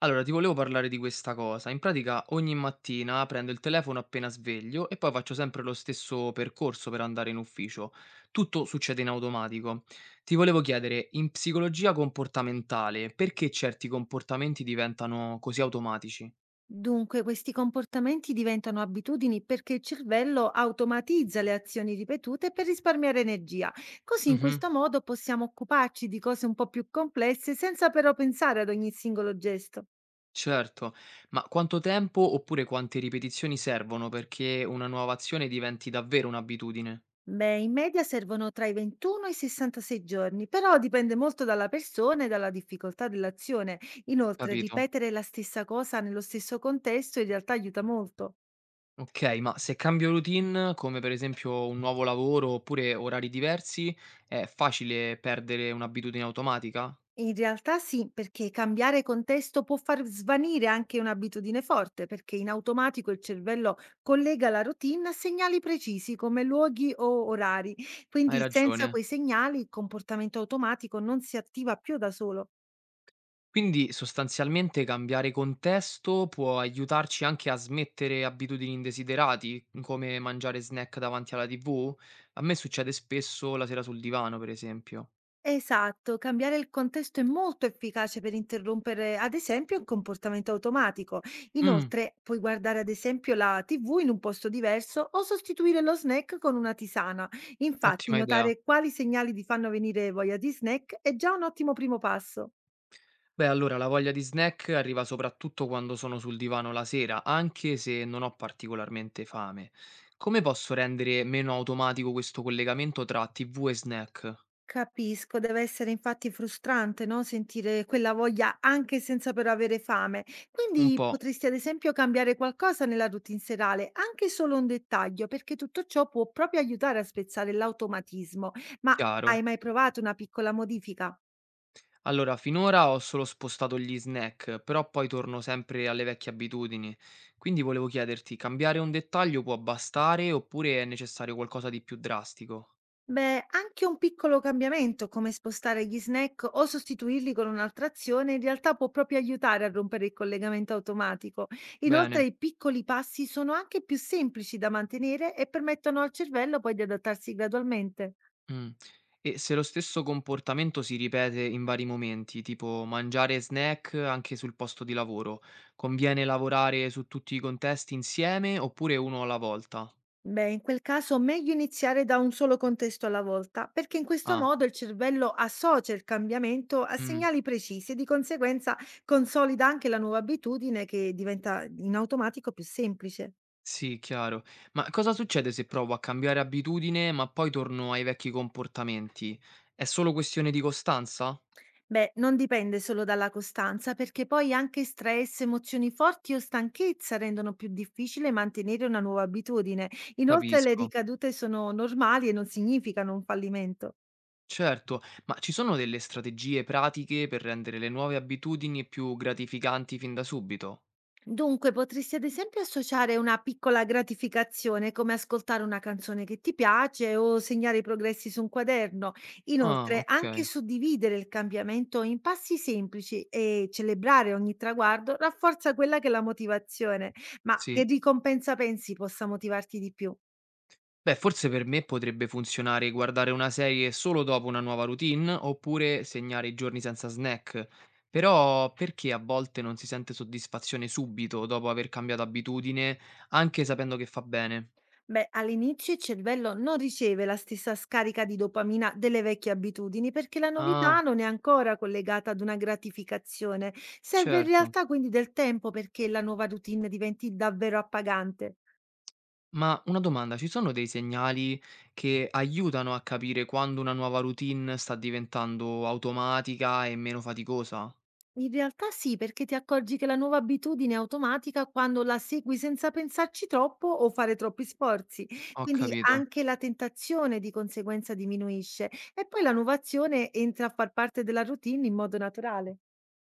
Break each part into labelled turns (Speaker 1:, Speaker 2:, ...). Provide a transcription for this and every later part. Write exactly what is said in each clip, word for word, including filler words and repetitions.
Speaker 1: Allora, ti volevo parlare di questa cosa. In pratica ogni mattina prendo il telefono appena sveglio e poi faccio sempre lo stesso percorso per andare in ufficio. Tutto succede in automatico. Ti volevo chiedere, in psicologia comportamentale, perché certi comportamenti diventano così automatici?
Speaker 2: Dunque, questi comportamenti diventano abitudini perché il cervello automatizza le azioni ripetute per risparmiare energia. Così in
Speaker 1: Mhm,
Speaker 2: questo modo possiamo occuparci di cose un po' più complesse senza però pensare ad ogni singolo gesto.
Speaker 1: certo, ma quanto tempo oppure quante ripetizioni servono perché una nuova azione diventi davvero un'abitudine?
Speaker 2: Beh, in media servono tra i ventuno e i sessantasei giorni, però dipende molto dalla persona e dalla difficoltà dell'azione. Inoltre,
Speaker 1: Capito?
Speaker 2: ripetere la stessa cosa nello stesso contesto in realtà aiuta molto.
Speaker 1: Okay, ma se cambio routine, come per esempio un nuovo lavoro oppure orari diversi, è facile perdere un'abitudine automatica?
Speaker 2: In realtà sì, perché cambiare contesto può far svanire anche un'abitudine forte, perché in automatico il cervello collega la routine a segnali precisi come luoghi o orari.
Speaker 1: Hai
Speaker 2: Quindi senza
Speaker 1: ragione.
Speaker 2: quei segnali il comportamento automatico non si attiva più da solo.
Speaker 1: Quindi sostanzialmente cambiare contesto può aiutarci anche a smettere abitudini indesiderati, come mangiare snack davanti alla ti vu? A me succede spesso la sera sul divano, per esempio.
Speaker 2: Esatto, cambiare il contesto è molto efficace per interrompere, ad esempio, un comportamento automatico.
Speaker 1: Mh,
Speaker 2: Inoltre, puoi guardare, ad esempio, la T V in un posto diverso o sostituire lo snack con una tisana. Infatti,
Speaker 1: ottima idea.
Speaker 2: notare quali segnali ti fanno venire voglia di snack è già un ottimo primo passo.
Speaker 1: Beh, allora la voglia di snack arriva soprattutto quando sono sul divano la sera, anche se non ho particolarmente fame. Come posso rendere meno automatico questo collegamento tra ti vu e snack?
Speaker 2: Capisco, deve essere infatti frustrante, no, sentire quella voglia anche senza però avere fame.
Speaker 1: Un
Speaker 2: Quindi
Speaker 1: po'
Speaker 2: potresti ad esempio cambiare qualcosa nella routine serale, anche solo un dettaglio, perché tutto ciò può proprio aiutare a spezzare l'automatismo. Ma hai
Speaker 1: chiaro.
Speaker 2: mai provato una piccola modifica?
Speaker 1: Allora, finora ho solo spostato gli snack, però poi torno sempre alle vecchie abitudini. Quindi volevo chiederti, cambiare un dettaglio può bastare oppure è necessario qualcosa di più drastico?
Speaker 2: Beh, anche un piccolo cambiamento, come spostare gli snack o sostituirli con un'altra azione, in realtà può proprio aiutare a rompere il collegamento automatico. Inoltre,
Speaker 1: Bene.
Speaker 2: i piccoli passi sono anche più semplici da mantenere e permettono al cervello poi di adattarsi gradualmente.
Speaker 1: Mh. E se lo stesso comportamento si ripete in vari momenti, tipo mangiare snack anche sul posto di lavoro, conviene lavorare su tutti i contesti insieme oppure uno alla volta?
Speaker 2: Beh, in quel caso meglio iniziare da un solo contesto alla volta, perché in questo
Speaker 1: Ah,
Speaker 2: modo il cervello associa il cambiamento a
Speaker 1: mh.
Speaker 2: segnali precisi e di conseguenza consolida anche la nuova abitudine che diventa in automatico più semplice.
Speaker 1: Sì, chiaro. Ma cosa succede se provo a cambiare abitudine, ma poi torno ai vecchi comportamenti? È solo questione di costanza?
Speaker 2: Beh, non dipende solo dalla costanza, perché poi anche stress, emozioni forti o stanchezza rendono più difficile mantenere una nuova abitudine. Inoltre le
Speaker 1: Capisco.
Speaker 2: ricadute sono normali e non significano un fallimento.
Speaker 1: Certo, ma ci sono delle strategie pratiche per rendere le nuove abitudini più gratificanti fin da subito?
Speaker 2: Dunque, potresti ad esempio associare una piccola gratificazione come ascoltare una canzone che ti piace o segnare i progressi su un quaderno.
Speaker 1: Ah,
Speaker 2: Inoltre, anche
Speaker 1: ok.
Speaker 2: suddividere il cambiamento in passi semplici e celebrare ogni traguardo rafforza quella che è la motivazione. Ma che
Speaker 1: Sì.
Speaker 2: ricompensa pensi possa motivarti di più?
Speaker 1: Beh, forse per me potrebbe funzionare guardare una serie solo dopo una nuova routine oppure segnare i giorni senza snack. Però perché a volte non si sente soddisfazione subito dopo aver cambiato abitudine, anche sapendo che fa bene?
Speaker 2: Beh, all'inizio il cervello non riceve la stessa scarica di dopamina delle vecchie abitudini perché la novità
Speaker 1: Ah,
Speaker 2: non è ancora collegata ad una gratificazione. Serve in
Speaker 1: certo.
Speaker 2: realtà quindi del tempo perché la nuova routine diventi davvero appagante.
Speaker 1: Ma una domanda, ci sono dei segnali che aiutano a capire quando una nuova routine sta diventando automatica e meno faticosa?
Speaker 2: In realtà sì, perché ti accorgi che la nuova abitudine è automatica quando la segui senza pensarci troppo o fare troppi sforzi.
Speaker 1: Ho
Speaker 2: Quindi
Speaker 1: capito.
Speaker 2: anche la tentazione di conseguenza diminuisce e poi la nuova azione entra a far parte della routine in modo naturale.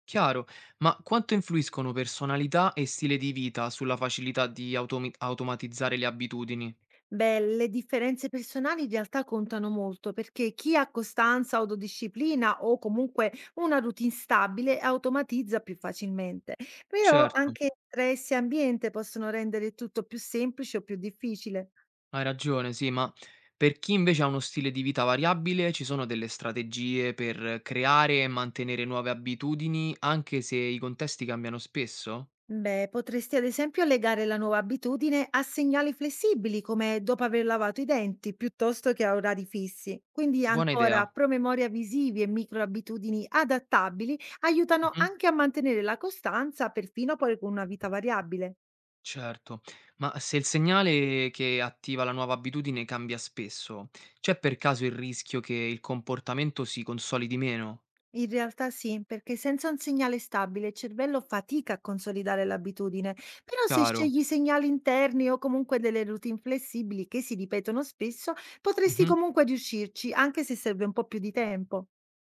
Speaker 1: Chiaro, ma quanto influiscono personalità e stile di vita sulla facilità di automi- automatizzare le abitudini?
Speaker 2: Beh, le differenze personali in realtà contano molto perché chi ha costanza, autodisciplina o comunque una routine stabile automatizza più facilmente. Però
Speaker 1: Certo,
Speaker 2: anche stress e ambiente possono rendere tutto più semplice o più difficile.
Speaker 1: hai ragione, sì, ma per chi invece ha uno stile di vita variabile, ci sono delle strategie per creare e mantenere nuove abitudini, anche se i contesti cambiano spesso?
Speaker 2: Beh, potresti ad esempio legare la nuova abitudine a segnali flessibili, come dopo aver lavato i denti, piuttosto che a orari fissi. Quindi
Speaker 1: Buona
Speaker 2: ancora
Speaker 1: idea.
Speaker 2: promemoria visivi e microabitudini adattabili aiutano
Speaker 1: Mhm,
Speaker 2: anche a mantenere la costanza, perfino poi con una vita variabile.
Speaker 1: certo, ma se il segnale che attiva la nuova abitudine cambia spesso, c'è per caso il rischio che il comportamento si consolidi meno?
Speaker 2: In realtà sì, perché senza un segnale stabile il cervello fatica a consolidare l'abitudine, però se
Speaker 1: Chiaro.
Speaker 2: scegli segnali interni o comunque delle routine flessibili che si ripetono spesso, potresti
Speaker 1: Mhm.
Speaker 2: comunque riuscirci, anche se serve un po' più di tempo.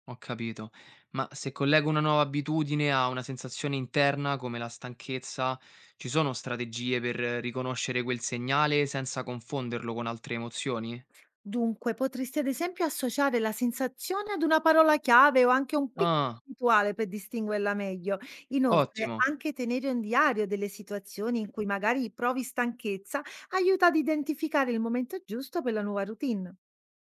Speaker 1: Ho capito. Ma se collego una nuova abitudine a una sensazione interna come la stanchezza, ci sono strategie per eh, riconoscere quel segnale senza confonderlo con altre emozioni?
Speaker 2: Dunque, potresti ad esempio associare la sensazione ad una parola chiave o anche un piccolo
Speaker 1: Ah,
Speaker 2: rituale per distinguerla meglio. Inoltre,
Speaker 1: ottimo.
Speaker 2: anche tenere un diario delle situazioni in cui magari provi stanchezza aiuta ad identificare il momento giusto per la nuova routine.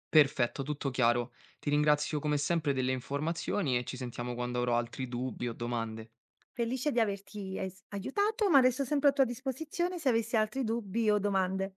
Speaker 1: Perfetto, tutto chiaro. Ti ringrazio come sempre delle informazioni e ci sentiamo quando avrò altri dubbi o domande.
Speaker 2: Felice di averti es aiutato, ma resto sempre a tua disposizione se avessi altri dubbi o domande.